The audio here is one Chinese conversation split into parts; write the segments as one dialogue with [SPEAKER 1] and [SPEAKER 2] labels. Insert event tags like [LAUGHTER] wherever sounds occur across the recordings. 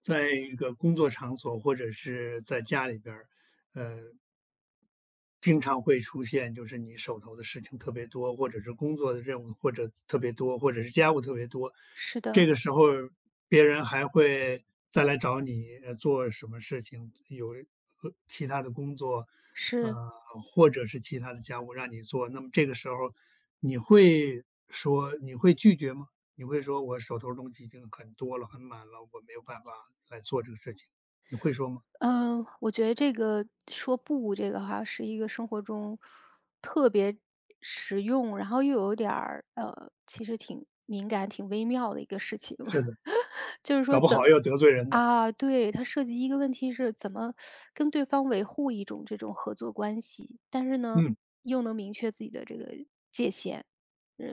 [SPEAKER 1] 在一个工作场所或者是在家里边儿，呃，经常会出现，就是你手头的事情特别多，或者是工作的任务或者特别多，或者是家务特别多。
[SPEAKER 2] 是
[SPEAKER 1] 这
[SPEAKER 2] 的，
[SPEAKER 1] 个时候，别人还会再来找你做什么事情，有其他的工作，
[SPEAKER 2] 是，
[SPEAKER 1] 呃，或者是其他的家务让你做。那么这个时候，你会说你会拒绝吗？你会说我手头东西已经很多了，很满了，我没有办法来做这个事情，你会说吗？
[SPEAKER 2] 嗯，我觉得这个说不这个哈，是一个生活中特别实用，然后又有点儿其实挺敏感、挺微妙的一个事情。
[SPEAKER 1] 是的，
[SPEAKER 2] [LAUGHS] 就是说
[SPEAKER 1] 搞不
[SPEAKER 2] 怎
[SPEAKER 1] 好
[SPEAKER 2] 么。
[SPEAKER 1] 要得罪人的。
[SPEAKER 2] 啊，对，它涉及一个问题是怎么跟对方维护一种这种合作关系，但是呢，
[SPEAKER 1] 嗯
[SPEAKER 2] 又能明确自己的这个界限。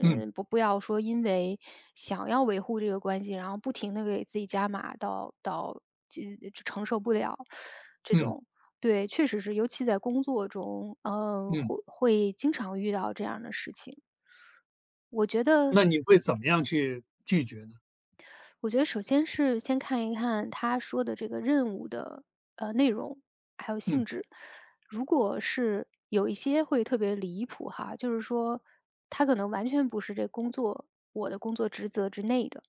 [SPEAKER 1] 嗯
[SPEAKER 2] 不要说因为想要维护这个关系，然后不停的给自己加码到就承受不了这
[SPEAKER 1] 嗯。
[SPEAKER 2] 种。对，确实是，尤其在工作中，
[SPEAKER 1] 嗯，
[SPEAKER 2] 会经常遇到这样的事情。我觉得
[SPEAKER 1] 那你会怎么样去拒绝呢？
[SPEAKER 2] 我觉得首先是先看一看他说的这个任务的内容，还有
[SPEAKER 1] 嗯
[SPEAKER 2] 性质。如果是有一些会特别离谱哈，就是说他可能完全不是这工作我的工作职责之内的，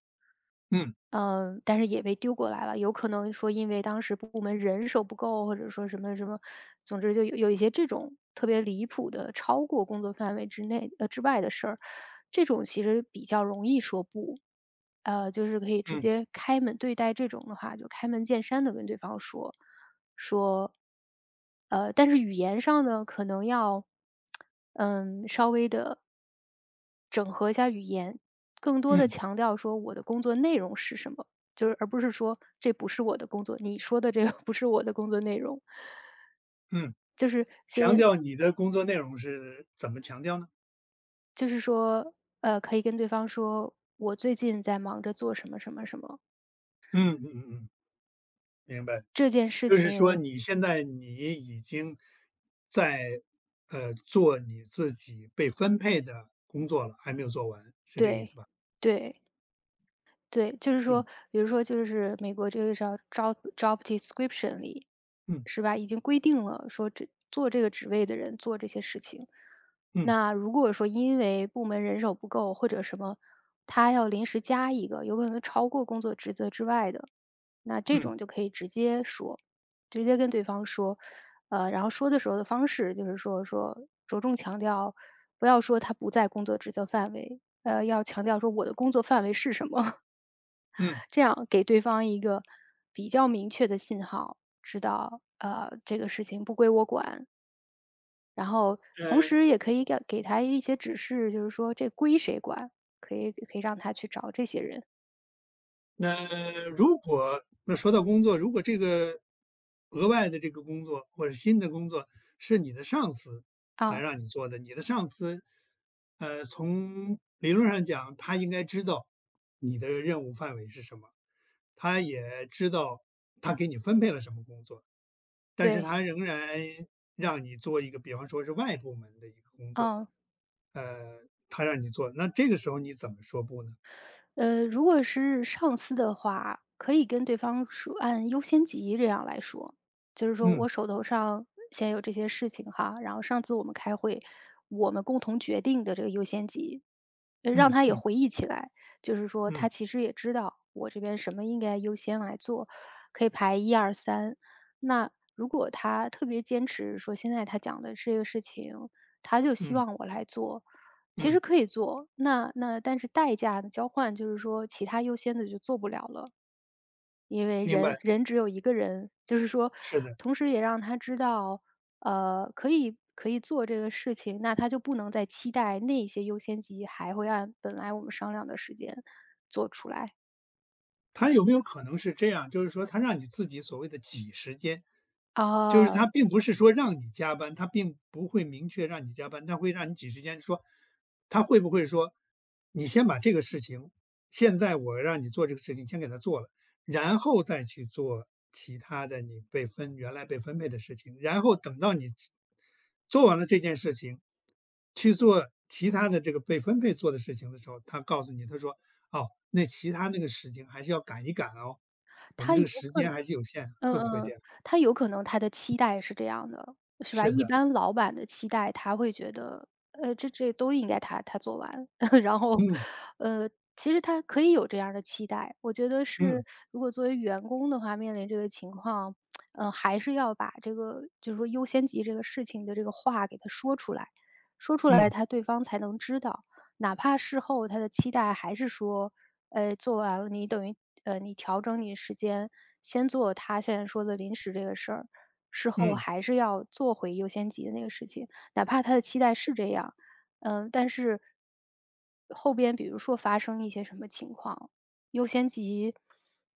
[SPEAKER 1] 嗯
[SPEAKER 2] 嗯，但是也被丢过来了，有可能说因为当时部门人手不够，或者说什么什么，总之就有一些这种特别离谱的，超过工作范围之内之外的事儿，这种其实比较容易说不。就是可以直
[SPEAKER 1] 嗯
[SPEAKER 2] 接开门对待这种的话，就开门见山的跟对方说。但是语言上呢，可能要，稍微的整合一下语言，更多的
[SPEAKER 1] 嗯
[SPEAKER 2] 强调说我的工作内容是什么，就是而不是说这不是我的工作，你说的这个不是我的工作内容。
[SPEAKER 1] 嗯，
[SPEAKER 2] 就是
[SPEAKER 1] 强
[SPEAKER 2] 先
[SPEAKER 1] 调你的工作内容是怎么强调呢？
[SPEAKER 2] 就是说，可以跟对方说，我最近在忙着做什么什么什么，
[SPEAKER 1] 嗯嗯嗯嗯，明白。
[SPEAKER 2] 这件事
[SPEAKER 1] 就是说
[SPEAKER 2] 情。
[SPEAKER 1] 你现在你已经在，做你自己被分配的工作了，还没有做完，是这个意思
[SPEAKER 2] 对，
[SPEAKER 1] 吧？
[SPEAKER 2] 对。对，就是
[SPEAKER 1] 嗯
[SPEAKER 2] 说，比如说就是美国这个叫 job description 里，
[SPEAKER 1] 嗯
[SPEAKER 2] 是吧？已经规定了说这做这个职位的人做这些事情。
[SPEAKER 1] 嗯嗯
[SPEAKER 2] 那如果说因为部门人手不够或者什么，他要临时加一个，有可能超过工作职责之外的，那这
[SPEAKER 1] 嗯，
[SPEAKER 2] 种就可以直接说，直接跟对方说，然后说的时候的方式就是说着重强调，不要说他不在工作职责范围，要强调说我的工作范围是什么。
[SPEAKER 1] 嗯。
[SPEAKER 2] 这样给对方一个比较明确的信号，知道这个事情不归我管，然后同时也可以给他一些指示，就是说这归谁管，可以让他去找这些人。
[SPEAKER 1] 那如果那说到工作，如果这个额外的这个工作或者新的工作是你的上司来
[SPEAKER 2] 啊，
[SPEAKER 1] 让你做的，你的上司，从理论上讲，他应该知道你的任务范围是什么，他也知道他给你分配了什么工作，但是
[SPEAKER 2] 对，
[SPEAKER 1] 他仍然让你做一个，比方说是外部门的一个工作，
[SPEAKER 2] 嗯，
[SPEAKER 1] 呃，他让你做，那这个时候你怎么说不呢？
[SPEAKER 2] 如果是上司的话，可以跟对方说按优先级这样来说，就是说
[SPEAKER 1] 嗯
[SPEAKER 2] 我手头上现在有这些事情哈，然后上次我们开会，我们共同决定的这个优先级让
[SPEAKER 1] 嗯
[SPEAKER 2] 他也
[SPEAKER 1] 嗯
[SPEAKER 2] 回忆起来，就是说
[SPEAKER 1] 嗯
[SPEAKER 2] 他其实也知道我这边什么应该优先来做，可以排一二三。那如果他特别坚持说现在他讲的这个事情，他就希
[SPEAKER 1] 嗯
[SPEAKER 2] 望我来做，其
[SPEAKER 1] 嗯。
[SPEAKER 2] 实可以做，那但是代价的交换就是说其他优先的就做不了了。因为
[SPEAKER 1] 明白，
[SPEAKER 2] 人只有一个人，就是说，
[SPEAKER 1] 是的。
[SPEAKER 2] 同时也让他知道，可以做这个事情，那他就不能再期待那些优先级还会按本来我们商量的时间做出来。
[SPEAKER 1] 他有没有可能是这样，就是说他让你自己所谓的挤时间，就是
[SPEAKER 2] 啊，
[SPEAKER 1] 他并不是说让你加班，他并不会明确让你加班，他会让你挤时间说，他会不会说，你先把这个事情，现在我让你做这个事情，先给他做了，然后再去做其他的你原来被分配的事情，然后等到你做完了这件事情，去做其他的这个被分配做的事情的时候，他告诉你，他说哦，那其他那个事情还是要赶一赶哦，我们
[SPEAKER 2] 他
[SPEAKER 1] 这
[SPEAKER 2] 有
[SPEAKER 1] 个时
[SPEAKER 2] 可
[SPEAKER 1] 间
[SPEAKER 2] 能。
[SPEAKER 1] 还是有限，
[SPEAKER 2] 嗯
[SPEAKER 1] 会不会这
[SPEAKER 2] 嗯，
[SPEAKER 1] 样？
[SPEAKER 2] 他有可能他的期待是这样的，是吧？
[SPEAKER 1] 是
[SPEAKER 2] 一
[SPEAKER 1] 的，
[SPEAKER 2] 般老板的期待，他会觉得，这都应该他做完，[LAUGHS] 然后，
[SPEAKER 1] 嗯
[SPEAKER 2] 呃，其实他可以有这样的期待。我觉得
[SPEAKER 1] 嗯
[SPEAKER 2] 是，如果作为员工的话，面临这个情况，还是要把这个就是说优先级这个事情的这个话给他说出来。说出来，
[SPEAKER 1] 嗯
[SPEAKER 2] 他对方才能知道。哪怕事后他的期待还是说，做完了，你等于你调整你时间，先做他现在说的临时这个事儿，事后
[SPEAKER 1] 嗯
[SPEAKER 2] 还是要做回优先级的那个事情，哪怕他的期待是这样，但是后边比如说发生一些什么情况，优先级，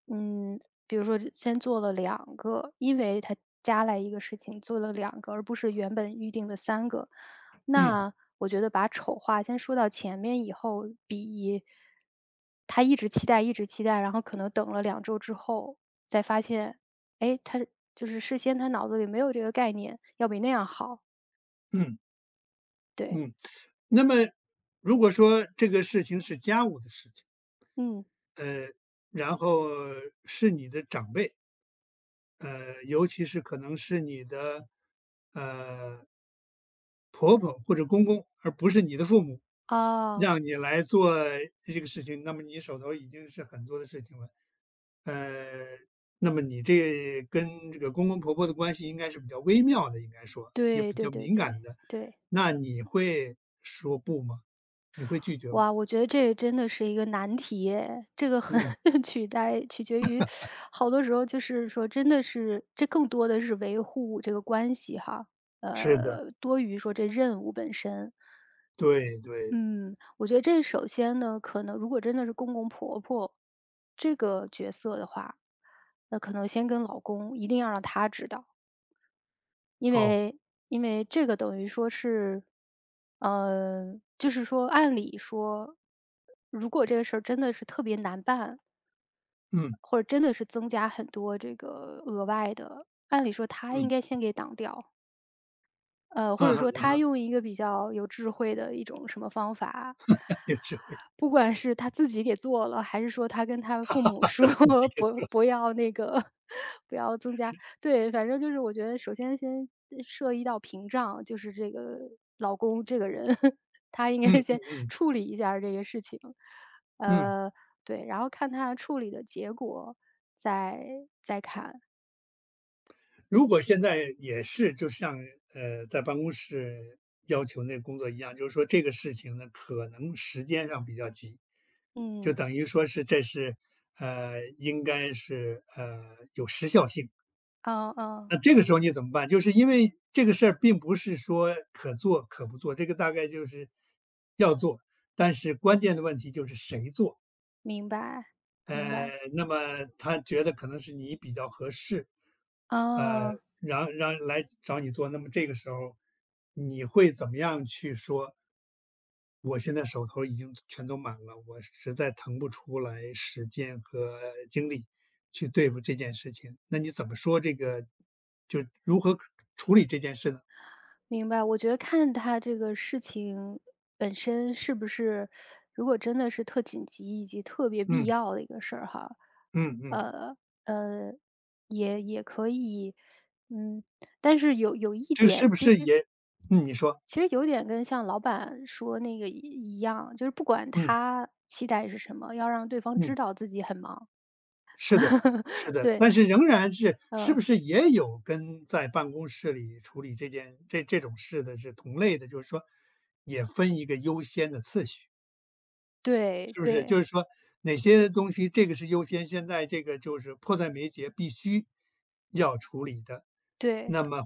[SPEAKER 2] 嗯，比如说先做了两个，因为他加来一个事情做了两个，而不是原本预定的三个，
[SPEAKER 1] 嗯
[SPEAKER 2] 那我觉得把丑话先说到前面以后，比他一直期待一直期待，然后可能等了2周之后再发现，哎，他就是事先他脑子里没有这个概念，要比那样好。
[SPEAKER 1] 嗯
[SPEAKER 2] 对，
[SPEAKER 1] 嗯。那么如果说这个事情是家务的事情，
[SPEAKER 2] 嗯，
[SPEAKER 1] 呃，然后是你的长辈，尤其是可能是你的呃婆婆或者公公，而不是你的父母，
[SPEAKER 2] 哦，
[SPEAKER 1] 让你来做这个事情，那么你手头已经是很多的事情了。呃，那么你这跟这个公公婆婆的关系应该是比较微妙的，应该说也
[SPEAKER 2] 对
[SPEAKER 1] 比
[SPEAKER 2] 对
[SPEAKER 1] 较
[SPEAKER 2] 对
[SPEAKER 1] 敏
[SPEAKER 2] 对，
[SPEAKER 1] 感的，
[SPEAKER 2] 对。
[SPEAKER 1] 那你会说不吗？你会拒绝吗？
[SPEAKER 2] 哇，我觉得这真的是一个难题耶，这个很
[SPEAKER 1] 嗯，
[SPEAKER 2] [LAUGHS] 取决于，好多时候就是说，真的是这更多的是维护这个关系哈，
[SPEAKER 1] 是的，
[SPEAKER 2] 多于说这任务本身。
[SPEAKER 1] 对对，
[SPEAKER 2] 嗯，我觉得这首先呢，可能如果真的是公公婆婆这个角色的话，那可能先跟老公一定要让他知道。因
[SPEAKER 1] 哦，
[SPEAKER 2] 为因为这个等于说是，就是说按理说，如果这个事儿真的是特别难办，
[SPEAKER 1] 嗯
[SPEAKER 2] 或者真的是增加很多这个额外的，按理说他应
[SPEAKER 1] 嗯，
[SPEAKER 2] 该先给挡掉。或者
[SPEAKER 1] 啊，
[SPEAKER 2] 说他用一个比较有智慧的一种什么方法，
[SPEAKER 1] [LAUGHS] 有智慧
[SPEAKER 2] 不管是他自己给做了，还是说他跟他父母说
[SPEAKER 1] 的，自己
[SPEAKER 2] [LAUGHS]
[SPEAKER 1] 给
[SPEAKER 2] 不
[SPEAKER 1] 做，
[SPEAKER 2] 不要那个 [LAUGHS] 不要增加。对，反正就是我觉得首先设一道屏障，就是这个老公这个人，[LAUGHS] 他应
[SPEAKER 1] 嗯
[SPEAKER 2] 该
[SPEAKER 1] 嗯
[SPEAKER 2] 先
[SPEAKER 1] 嗯
[SPEAKER 2] 处理一下儿这个事情。
[SPEAKER 1] 嗯。
[SPEAKER 2] 呃，对，然后看他处理的结果再再看。
[SPEAKER 1] 如果现在也是就像在办公室要求那工作一样，就是说这个事情呢，可能时间上比较急，就
[SPEAKER 2] 嗯，
[SPEAKER 1] 等于说是这是，应该是，有时效性。
[SPEAKER 2] 嗯嗯，
[SPEAKER 1] 那这个时候你怎么办？就是因为这个事儿并不是说可做可不做，这个大概就是要做，但是关键的问题就是谁做。
[SPEAKER 2] 明白，明白。
[SPEAKER 1] 那么他觉得可能是你比较合适，呃，
[SPEAKER 2] 哦，
[SPEAKER 1] 让来找你做，那么这个时候你会怎么样去说我现在手头已经全都满了，我实在腾不出来时间和精力去对付这件事情。那你怎么说这个就如何可处理这件事呢？
[SPEAKER 2] 明白。我觉得看他这个事情本身是不是，如果真的是特紧急以及特别必
[SPEAKER 1] 嗯
[SPEAKER 2] 要的一个事儿哈，
[SPEAKER 1] 嗯嗯。
[SPEAKER 2] 呃呃，也可以，嗯，但是有一
[SPEAKER 1] 这个是
[SPEAKER 2] 点，
[SPEAKER 1] 不
[SPEAKER 2] 其
[SPEAKER 1] 是
[SPEAKER 2] 实
[SPEAKER 1] 也嗯，你说，
[SPEAKER 2] 其实有点跟像老板说那个一样，就是不管
[SPEAKER 1] 嗯
[SPEAKER 2] 他期待是什么，要让对方知
[SPEAKER 1] 嗯，
[SPEAKER 2] 道自己很忙。
[SPEAKER 1] 是的是
[SPEAKER 2] [LAUGHS]
[SPEAKER 1] 的，
[SPEAKER 2] 对，
[SPEAKER 1] 但是仍然是是
[SPEAKER 2] 呃，
[SPEAKER 1] 不是也有跟在办公室里处理这件这这种事的是同类的，就是说也分一个优先的次序？
[SPEAKER 2] 对
[SPEAKER 1] 是不是？就
[SPEAKER 2] 对
[SPEAKER 1] 是说哪些东西这个是优先，现在这个就是迫在眉睫，必须要处理的。
[SPEAKER 2] 对，
[SPEAKER 1] 那么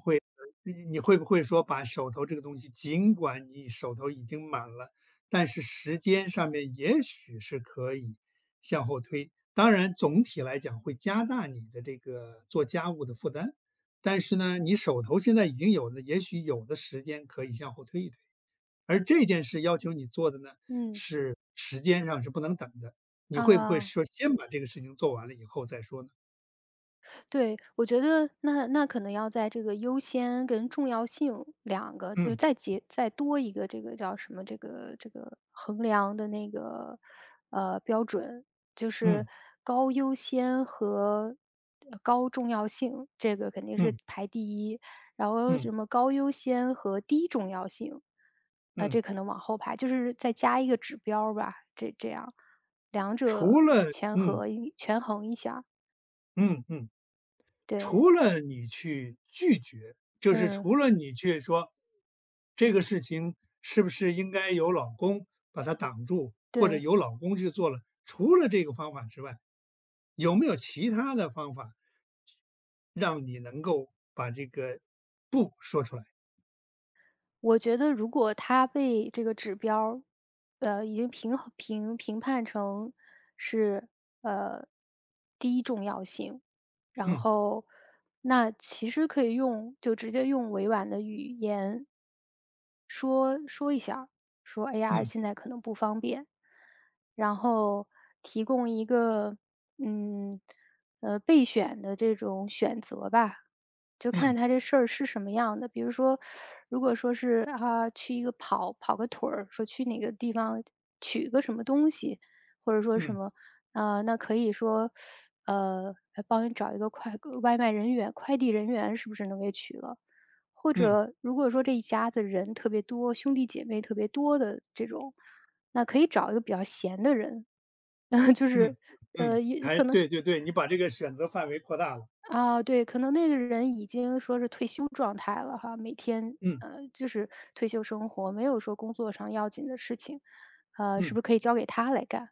[SPEAKER 1] 你你会不会说把手头这个东西，尽管你手头已经满了，但是时间上面也许是可以向后推。当然，总体来讲会加大你的这个做家务的负担，但是呢，你手头现在已经有的，也许有的时间可以向后推一推。而这件事要求你做的呢，
[SPEAKER 2] 嗯，
[SPEAKER 1] 是时间上是不能等的，你会不会
[SPEAKER 2] 啊。
[SPEAKER 1] 说先把这个事情做完了以后再说呢？
[SPEAKER 2] 对，我觉得那可能要在这个优先跟重要性两个，就
[SPEAKER 1] 嗯
[SPEAKER 2] 再多一个这个叫什么这个衡量的那个标准，就
[SPEAKER 1] 嗯
[SPEAKER 2] 是高优先和高重要性，这个肯定是
[SPEAKER 1] 嗯
[SPEAKER 2] 排第一，然后
[SPEAKER 1] 嗯
[SPEAKER 2] 什么高优先和低重要性，
[SPEAKER 1] 嗯，
[SPEAKER 2] 这可能往后排，就是再加一个指标儿吧，这样两
[SPEAKER 1] 除
[SPEAKER 2] 者
[SPEAKER 1] 了嗯
[SPEAKER 2] 权衡一下儿。
[SPEAKER 1] 嗯嗯，
[SPEAKER 2] 对，
[SPEAKER 1] 除了你去拒绝，就是
[SPEAKER 2] 嗯。
[SPEAKER 1] 除了你去说这个事情是不是应该由老公把它挡住，或者
[SPEAKER 2] 对，
[SPEAKER 1] 由老公去做了，除了这个方法之外，有没有其他的方法让你能够把这个不说出来？
[SPEAKER 2] 我觉得如果他被这个指标儿已经评衡评评判成是，呃，低重要性，然
[SPEAKER 1] 嗯。
[SPEAKER 2] 后那其实可以用就直接用委婉的语言说一下儿说：“哎呀，
[SPEAKER 1] 嗯
[SPEAKER 2] 现在可能不方便。”然后提供一个，嗯，备选的这种选择吧。就看
[SPEAKER 1] 嗯
[SPEAKER 2] 他这事儿是什么样的。比如说，如果说是啊，去一个跑个腿儿，说去哪个地方取个什么东西，或者说什
[SPEAKER 1] 嗯
[SPEAKER 2] 么，啊，那可以说，来帮你找一个外卖人员、快递人员，是不是能给取了？或
[SPEAKER 1] 嗯
[SPEAKER 2] 者如果说这一家子人特别多，兄弟姐妹特别多的这种，那可以找一个比较闲的人，[LAUGHS] 然后就
[SPEAKER 1] 嗯
[SPEAKER 2] 是
[SPEAKER 1] 嗯，
[SPEAKER 2] 也
[SPEAKER 1] 还
[SPEAKER 2] 可能。
[SPEAKER 1] 对对对，你把这个选择范围扩大了。
[SPEAKER 2] 啊，对，可能那个人已经说是退休状态了哈，每天，
[SPEAKER 1] 嗯
[SPEAKER 2] 就是退休生活，没有说工作上要紧的事情，是
[SPEAKER 1] 嗯
[SPEAKER 2] 不是可以交给他来干？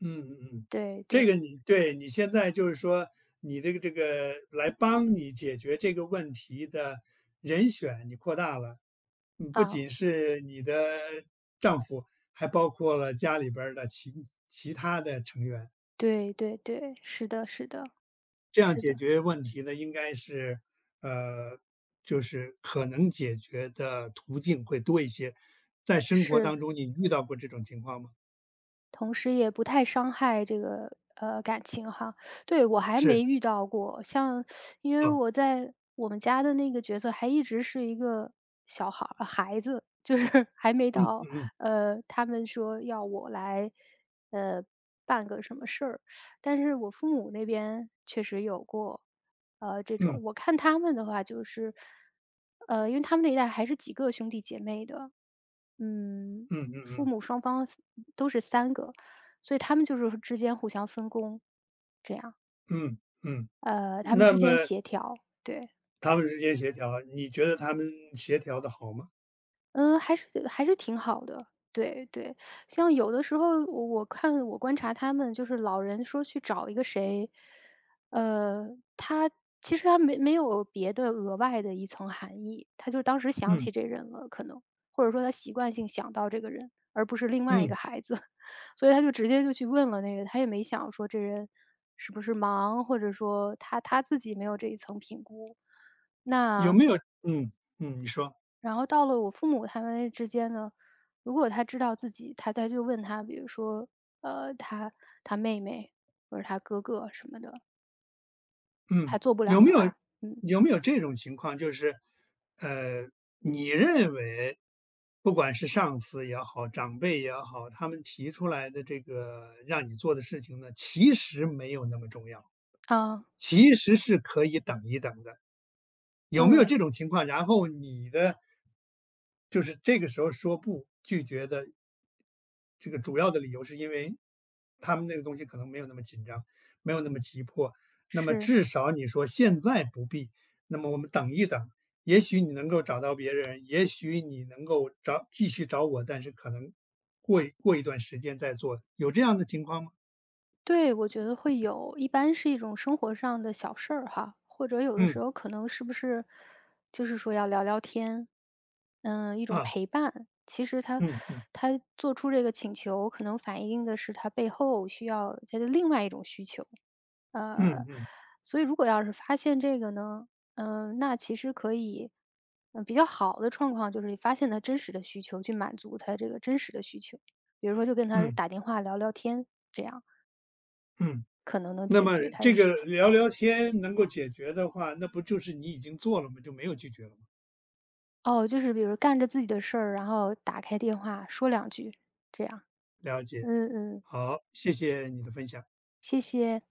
[SPEAKER 1] 嗯嗯嗯，
[SPEAKER 2] 对
[SPEAKER 1] 这
[SPEAKER 2] 对，
[SPEAKER 1] 个你对你现在就是说，你这个来帮你解决这个问题的人选你扩大了，嗯不
[SPEAKER 2] 啊，
[SPEAKER 1] 仅是你的丈夫，还包括了家里边儿的其他的成员。
[SPEAKER 2] 对对对，是的是的
[SPEAKER 1] 这样
[SPEAKER 2] 是
[SPEAKER 1] 解
[SPEAKER 2] 的，
[SPEAKER 1] 决问题呢，应该是，呃，就是可能解决的途径会多一些。在生活当
[SPEAKER 2] 是。
[SPEAKER 1] 中，你遇到过这种情况吗？
[SPEAKER 2] 同时也不太伤害这个，感情哈。对，我还
[SPEAKER 1] 是，
[SPEAKER 2] 没遇到过，像因为
[SPEAKER 1] 哦
[SPEAKER 2] 我在我们家的那个角色还一直是一个小孩儿孩子，[LAUGHS] 就是还没
[SPEAKER 1] 嗯
[SPEAKER 2] 到，
[SPEAKER 1] 嗯
[SPEAKER 2] 他们说要我来，呃，办个什么事儿。但是我父母那边确实有过，这
[SPEAKER 1] 嗯
[SPEAKER 2] 种我看他们的话就是，因为他们那一代还是几个兄弟姐妹的，嗯，
[SPEAKER 1] 嗯嗯
[SPEAKER 2] 父
[SPEAKER 1] 嗯
[SPEAKER 2] 母双方是都是三个，所以他们就是之间互相分工，这样，
[SPEAKER 1] 嗯嗯嗯。
[SPEAKER 2] 他们
[SPEAKER 1] 那
[SPEAKER 2] 之
[SPEAKER 1] 么
[SPEAKER 2] 间协调。对。
[SPEAKER 1] 他们之间协调，你觉得他们协调的好吗？
[SPEAKER 2] 嗯，还是觉得还是挺好的，对对。像有的时候我观察他们，就是老人说去找一个谁，呃，他其实他没有别的额外的一层含义，他就当时想
[SPEAKER 1] 嗯
[SPEAKER 2] 起这人了，可能或者说他习惯性想到这个人，而不是另外一个
[SPEAKER 1] 嗯，
[SPEAKER 2] 孩子，[LAUGHS] 所以他就直接就去问了那个，他也没想说这人是不是忙，或者说他自己没有这一层评估，
[SPEAKER 1] 有
[SPEAKER 2] 那
[SPEAKER 1] 没有嗯嗯，你说。
[SPEAKER 2] 然后到了我父母他们之间呢，如果他知道自己，他就问他，比如说，呃，他他妹妹或者他哥哥什么的，他
[SPEAKER 1] 嗯，
[SPEAKER 2] 做不了
[SPEAKER 1] 有没
[SPEAKER 2] 的
[SPEAKER 1] 有
[SPEAKER 2] 话，嗯
[SPEAKER 1] 有没有这种情况，就是，呃，你认为，不管是上司也好，长辈也好，他们提出来的这个让你做的事情呢，其实没有那么重要，
[SPEAKER 2] 啊，
[SPEAKER 1] 其实是可以等一等的，有没有
[SPEAKER 2] 嗯，
[SPEAKER 1] 这种情况？然后你的就是这个时候说不，拒绝的这个主要的理由是因为他们那个东西可能没有那么紧张，没有那么急迫。那么
[SPEAKER 2] 是，
[SPEAKER 1] 至少你说现在不必，那么我们等一等，也许你能够找到别人，也许你能够找继续找我，但是可能过一段时间再做，有这样的情况吗？
[SPEAKER 2] 对，我觉得会有，一般是一种生活上的小事儿哈，或者有的时
[SPEAKER 1] 嗯
[SPEAKER 2] 候可能是不是就是说要聊聊天，一种
[SPEAKER 1] 啊，
[SPEAKER 2] 陪伴。其实他
[SPEAKER 1] 嗯嗯
[SPEAKER 2] 他做出这个请求，可能反映的是他背后需要他的另外一种需求。
[SPEAKER 1] 嗯
[SPEAKER 2] 呃，
[SPEAKER 1] 嗯
[SPEAKER 2] 所以如果要是发现这个呢，那其实可以，比较好的状况就是发现他真实的需求，去满足他这个真实的需求。比如说就跟他
[SPEAKER 1] 嗯
[SPEAKER 2] 打电话聊聊天，这样
[SPEAKER 1] 嗯。
[SPEAKER 2] 可能能
[SPEAKER 1] 那
[SPEAKER 2] 解
[SPEAKER 1] 么
[SPEAKER 2] 决他的
[SPEAKER 1] 这
[SPEAKER 2] 事
[SPEAKER 1] 个
[SPEAKER 2] 情。
[SPEAKER 1] 聊聊天能够解决的话，那不就是你已经做了吗？就没有拒绝了吗？
[SPEAKER 2] 哦，就是比如干着自己的事儿，然后打开电话说两句，这样。
[SPEAKER 1] 了解，
[SPEAKER 2] 嗯嗯，
[SPEAKER 1] 好，谢谢你的分享。
[SPEAKER 2] 谢谢。